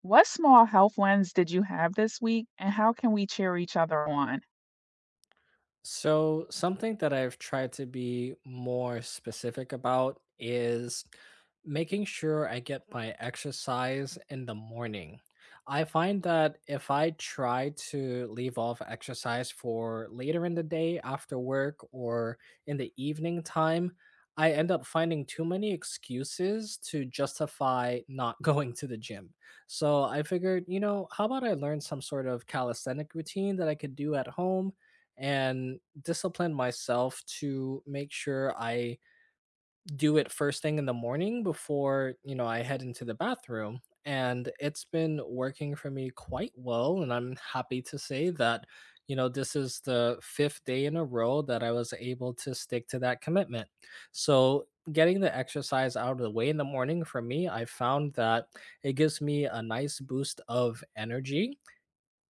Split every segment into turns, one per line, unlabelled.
What small health wins did you have this week, and how can we cheer each other on?
So, something that I've tried to be more specific about is making sure I get my exercise in the morning. I find that if I try to leave off exercise for later in the day after work or in the evening time, I end up finding too many excuses to justify not going to the gym. So I figured, how about I learn some sort of calisthenic routine that I could do at home and discipline myself to make sure I do it first thing in the morning before, I head into the bathroom. And it's been working for me quite well. And I'm happy to say that, this is the fifth day in a row that I was able to stick to that commitment. So, getting the exercise out of the way in the morning for me, I found that it gives me a nice boost of energy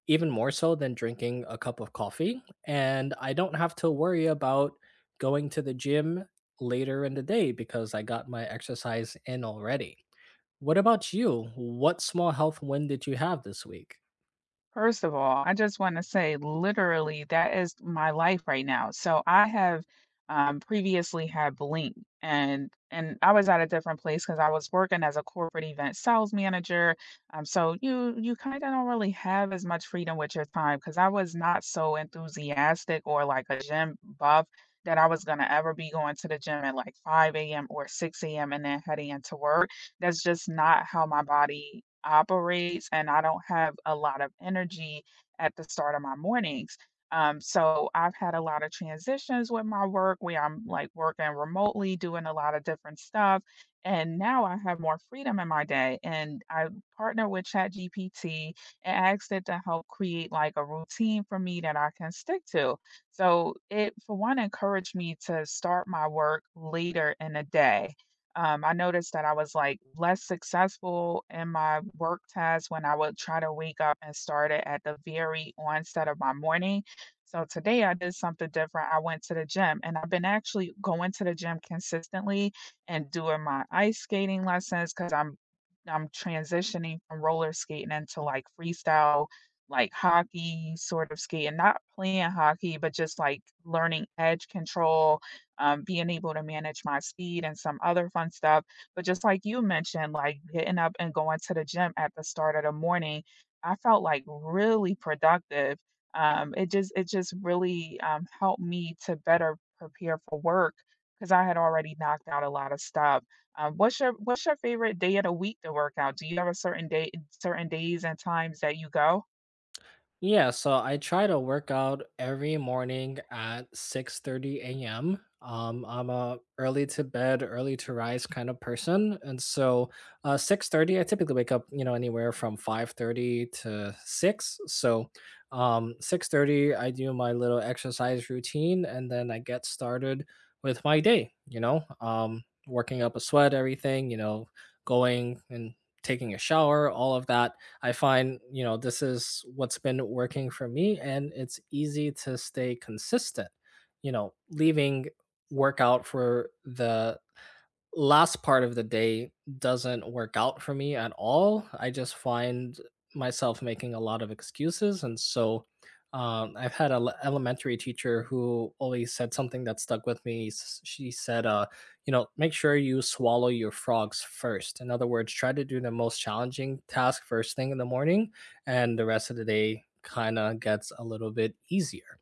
even more so than drinking a cup of coffee. And I don't have to worry about going to the gym later in the day because I got my exercise in already. What about you? What small health win did you have this week?
First of all, I just want to say, literally, that is my life right now. So I have previously had Blink, and I was at a different place because I was working as a corporate event sales manager. So you kind of don't really have as much freedom with your time because I was not so enthusiastic or like a gym buff that I was gonna ever be going to the gym at like 5 a.m. or 6 a.m. and then heading into work. That's just not how my body operates, and I don't have a lot of energy at the start of my mornings. So I've had a lot of transitions with my work where I'm like working remotely, doing a lot of different stuff. And now I have more freedom in my day. And I partner with ChatGPT and asked it to help create like a routine for me that I can stick to. So it, for one, encouraged me to start my work later in the day. I noticed that I was like less successful in my work tasks when I would try to wake up and start it at the very onset of my morning. So today I did something different. I went to the gym and I've been actually going to the gym consistently and doing my ice skating lessons because I'm transitioning from roller skating into like freestyle, like hockey sort of skating, not playing hockey, but just like learning edge control. Being able to manage my speed and some other fun stuff. But just like you mentioned, like getting up and going to the gym at the start of the morning, I felt like really productive. It just really helped me to better prepare for work because I had already knocked out a lot of stuff. What's your favorite day of the week to work out? Do you have a certain day, certain days and times that you go?
Yeah, so I try to work out every morning at 6:30 a.m. I'm a early to bed, early to rise kind of person, and so 6:30 I typically wake up, anywhere from 5:30 to 6. So 6:30 I do my little exercise routine, and then I get started with my day. Working up a sweat, everything. Going and taking a shower, all of that I find, this is what's been working for me and it's easy to stay consistent. Leaving workout for the last part of the day doesn't work out for me at all. I just find myself making a lot of excuses. And so I've had an elementary teacher who always said something that stuck with me. She said, make sure you swallow your frogs first. In other words, try to do the most challenging task first thing in the morning, and the rest of the day kind of gets a little bit easier.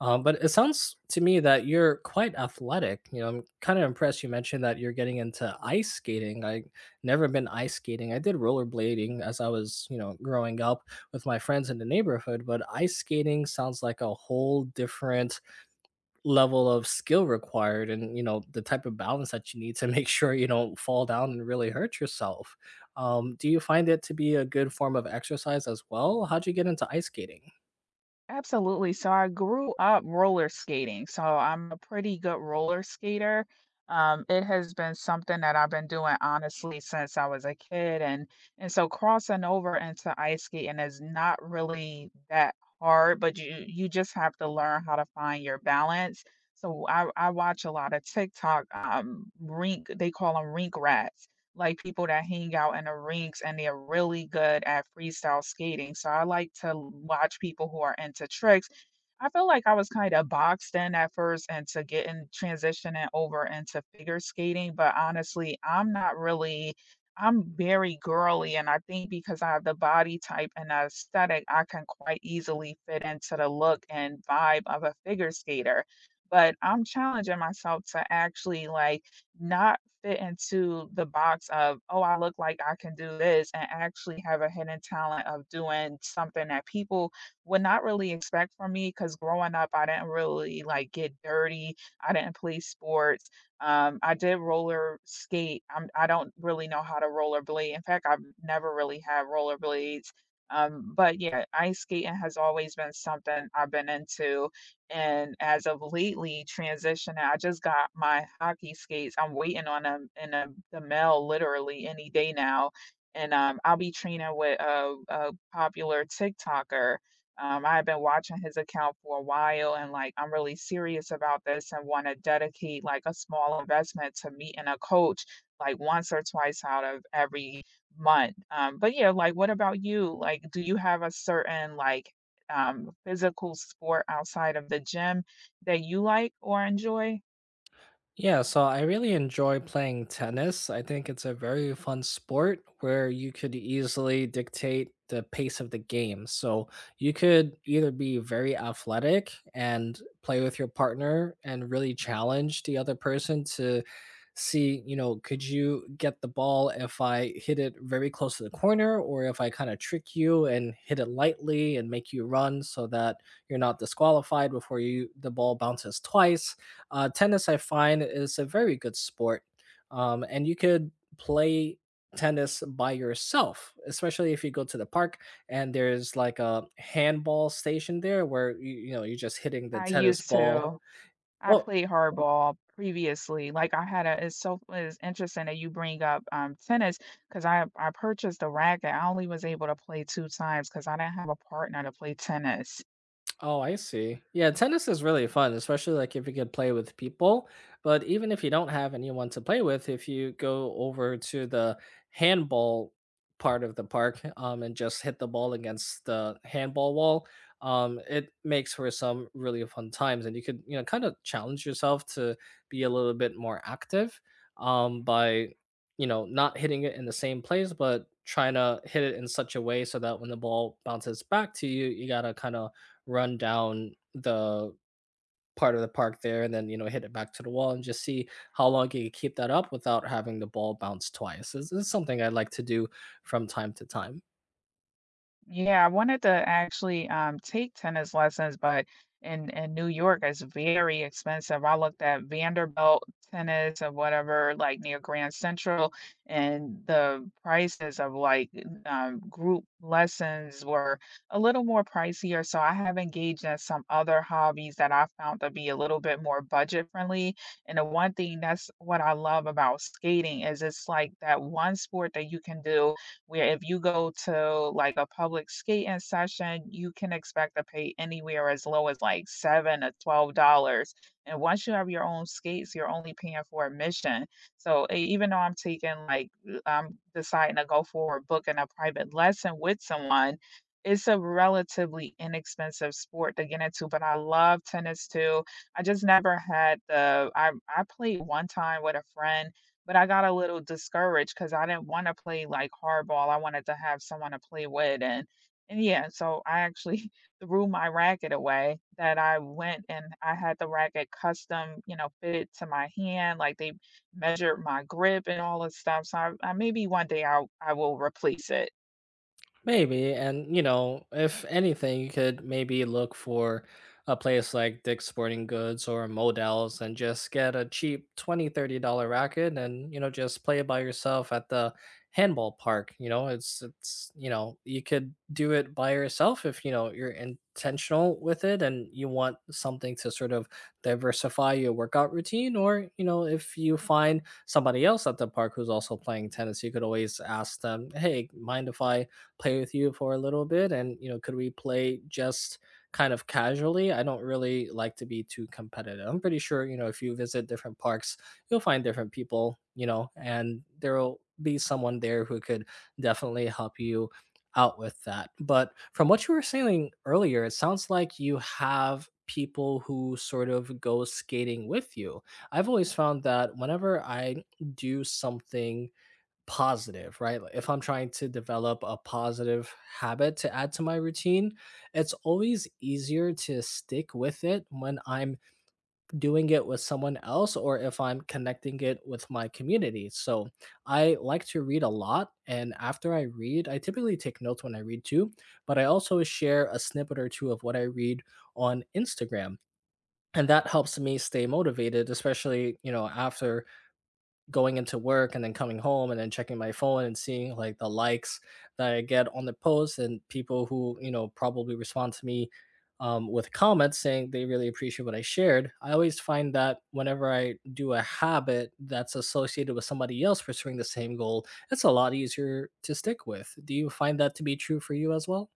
But it sounds to me that you're quite athletic. I'm kind of impressed you mentioned that you're getting into ice skating. I never been ice skating. I did rollerblading as I was, growing up with my friends in the neighborhood, but ice skating sounds like a whole different level of skill required and, the type of balance that you need to make sure you don't fall down and really hurt yourself. Do you find it to be a good form of exercise as well? How'd you get into ice skating?
Absolutely. So I grew up roller skating. So I'm a pretty good roller skater. It has been something that I've been doing honestly since I was a kid. And so crossing over into ice skating is not really that hard, but you just have to learn how to find your balance. So I watch a lot of TikTok. Rink, they call them rink rats, like people that hang out in the rinks and they're really good at freestyle skating. So I like to watch people who are into tricks. I feel like I was kind of boxed in at first into getting transitioning over into figure skating, but honestly, I'm not really— I'm very girly, and I think because I have the body type and the aesthetic, I can quite easily fit into the look and vibe of a figure skater. But I'm challenging myself to actually like not fit into the box of, "Oh, I look like I can do this," and actually have a hidden talent of doing something that people would not really expect from me. Because growing up, I didn't really, like, get dirty, I didn't play sports, I did roller skate. I don't really know how to rollerblade, in fact, I've never really had rollerblades. But yeah, ice skating has always been something I've been into, and as of lately, transitioning, I just got my hockey skates. I'm waiting on them in, the mail literally any day now, and, I'll be training with a popular TikToker. I've been watching his account for a while, and, like, I'm really serious about this and wanna dedicate, like, a small investment to meeting a coach, like, once or twice out of every month. But yeah, like, what about you? Like, do you have a certain, like, physical sport outside of the gym that you like or enjoy?
Yeah, so I really enjoy playing tennis. I think it's a very fun sport where you could easily dictate the pace of the game. So you could either be very athletic and play with your partner and really challenge the other person to see, could you get the ball if I hit it very close to the corner or if I kind of trick you and hit it lightly and make you run so that you're not disqualified before you the ball bounces twice. Tennis, I find, is a very good sport, and you could play tennis by yourself, especially if you go to the park and there's like a handball station there where you're just hitting the
I
tennis
used
ball.
to. I
Well.
played hardball previously. Like I had a— it's— so it's interesting that you bring up tennis because I purchased a racket. I only was able to play two times because I didn't have a partner to play tennis.
Oh, I see. Yeah, tennis is really fun, especially like if you could play with people. But even if you don't have anyone to play with, if you go over to the handball part of the park and just hit the ball against the handball wall. It makes for some really fun times. And you could, kind of challenge yourself to be a little bit more active by, not hitting it in the same place, but trying to hit it in such a way so that when the ball bounces back to you, you got to kind of run down the part of the park there and then, hit it back to the wall and just see how long you can keep that up without having the ball bounce twice. This is something I like to do from time to time.
Yeah, I wanted to actually take tennis lessons, but in New York, it's very expensive. I looked at Vanderbilt tennis or whatever, like near Grand Central, and the prices of like group lessons were a little more pricier. So I have engaged in some other hobbies that I found to be a little bit more budget friendly. And the one thing that's what I love about skating is it's like that one sport that you can do where if you go to like a public skating session, you can expect to pay anywhere as low as like $7 to $12. And once you have your own skates, you're only paying for admission. So even though I'm taking like I'm deciding to go for booking a private lesson with someone, it's a relatively inexpensive sport to get into. But I love tennis too. I just never had the— I played one time with a friend but I got a little discouraged because I didn't wanna play, like, hardball, I wanted to have someone to play with, and yeah, so I actually threw my racket away. That I went and I had the racket custom, you know, fitted to my hand, like, they measured my grip and all this stuff, so I maybe one day I will replace it.
Maybe, and if anything, you could maybe look for a place like Dick's Sporting Goods or Modell's and just get a cheap 20, $30 racket, and just play it by yourself at the handball park. It's you could do it by yourself if you know you're intentional with it and you want something to sort of diversify your workout routine. Or if you find somebody else at the park who's also playing tennis, you could always ask them, "Hey, mind if I?" play with you for a little bit, and could we play just kind of casually. I don't really like to be too competitive. I'm pretty sure if you visit different parks, you'll find different people, and there'll be someone there who could definitely help you out with that. But from what you were saying earlier, it sounds like you have people who sort of go skating with you. I've always found that whenever I do something positive, right? Like, if I'm trying to develop a positive habit to add to my routine, it's always easier to stick with it when I'm doing it with someone else or if I'm connecting it with my community. So I like to read a lot. And after I read, I typically take notes when I read too, but I also share a snippet or two of what I read on Instagram. And that helps me stay motivated, especially, after going into work and then coming home and then checking my phone and seeing like the likes that I get on the posts and people who, probably respond to me with comments saying they really appreciate what I shared. I always find that whenever I do a habit that's associated with somebody else pursuing the same goal, it's a lot easier to stick with. Do you find that to be true for you as well?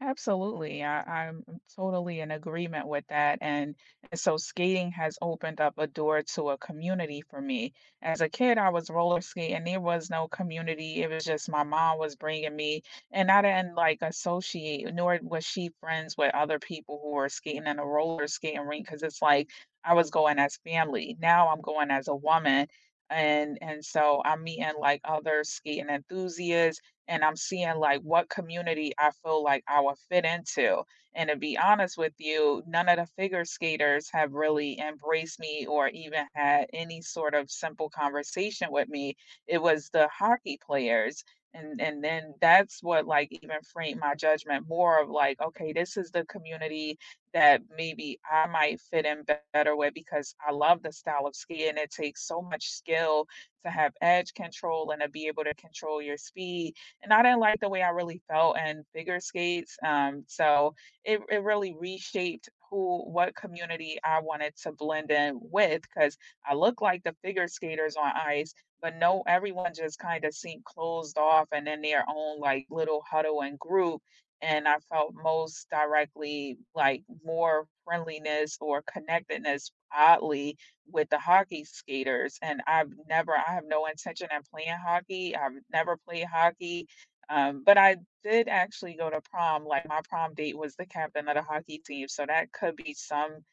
Absolutely. I'm totally in agreement with that. And, so skating has opened up a door to a community for me. As a kid, I was roller skating. There was no community. It was just my mom was bringing me, and I didn't like associate, nor was she friends with other people who were skating in a roller skating rink because it's like I was going as family. Now I'm going as a woman. And so I'm meeting like other skating enthusiasts and I'm seeing like what community I feel like I would fit into. And to be honest with you, none of the figure skaters have really embraced me or even had any sort of simple conversation with me. It was the hockey players. And then that's what like even framed my judgment more of like, okay, this is the community that maybe I might fit in better with, because I love the style of skiing. It takes so much skill to have edge control and to be able to control your speed, and I didn't like the way I really felt in figure skates. So it really reshaped who— what community I wanted to blend in with, because I look like the figure skaters on ice, but no, everyone just kind of seemed closed off and in their own like little huddle and group. And I felt most directly like more friendliness or connectedness, oddly, with the hockey skaters. And I've never— I have no intention of playing hockey. I've never played hockey. But I did actually go to prom. Like my prom date was the captain of the hockey team, so that could be some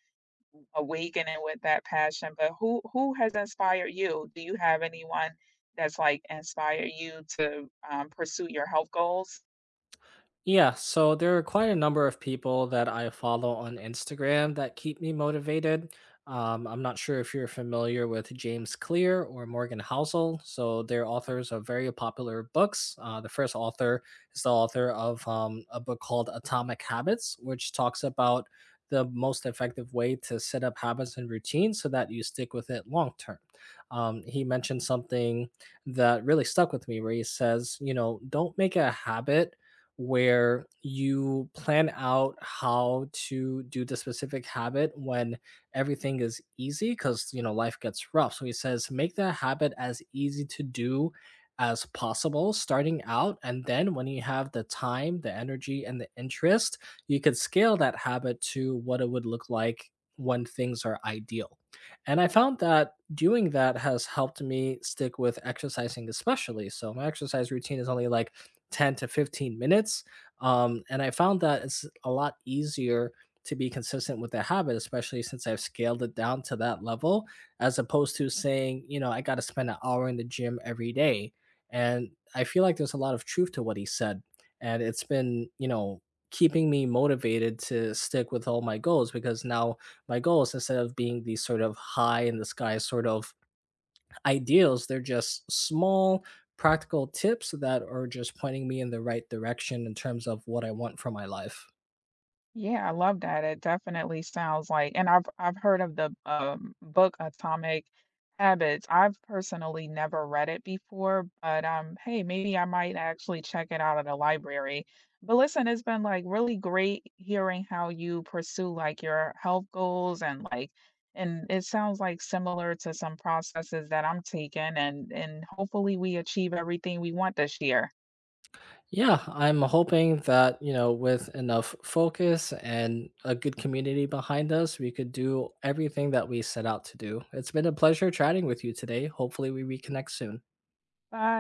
awakening with that passion. But who has inspired you? Do you have anyone that's like inspired you to pursue your health goals?
Yeah, so there are quite a number of people that I follow on Instagram that keep me motivated. I'm not sure if you're familiar with James Clear or Morgan Housel. So they're authors of very popular books. The first author is the author of a book called Atomic Habits, which talks about the most effective way to set up habits and routines so that you stick with it long term. He mentioned something that really stuck with me where he says, don't make a habit where you plan out how to do the specific habit when everything is easy. Because life gets rough, so he says make that habit as easy to do as possible starting out, and then when you have the time, the energy, and the interest, you could scale that habit to what it would look like when things are ideal. And I found that doing that has helped me stick with exercising, especially. So my exercise routine is only like 10 to 15 minutes. And I found that it's a lot easier to be consistent with that habit, especially since I've scaled it down to that level, as opposed to saying, I got to spend an hour in the gym every day. And I feel like there's a lot of truth to what he said. And it's been, keeping me motivated to stick with all my goals, because now my goals, instead of being these sort of high in the sky sort of ideals, they're just small, practical tips that are just pointing me in the right direction in terms of what I want for my life.
Yeah, I love that. It definitely sounds like— and I've heard of the, book Atomic Habits. I've personally never read it before, but, hey, maybe I might actually check it out at a library. But listen, it's been, like, really great hearing how you pursue, like, your health goals and, like, and it sounds, like, similar to some processes that I'm taking, and hopefully we achieve everything we want this year.
Yeah, I'm hoping that, with enough focus and a good community behind us, we could do everything that we set out to do. It's been a pleasure chatting with you today. Hopefully, we reconnect soon.
Bye.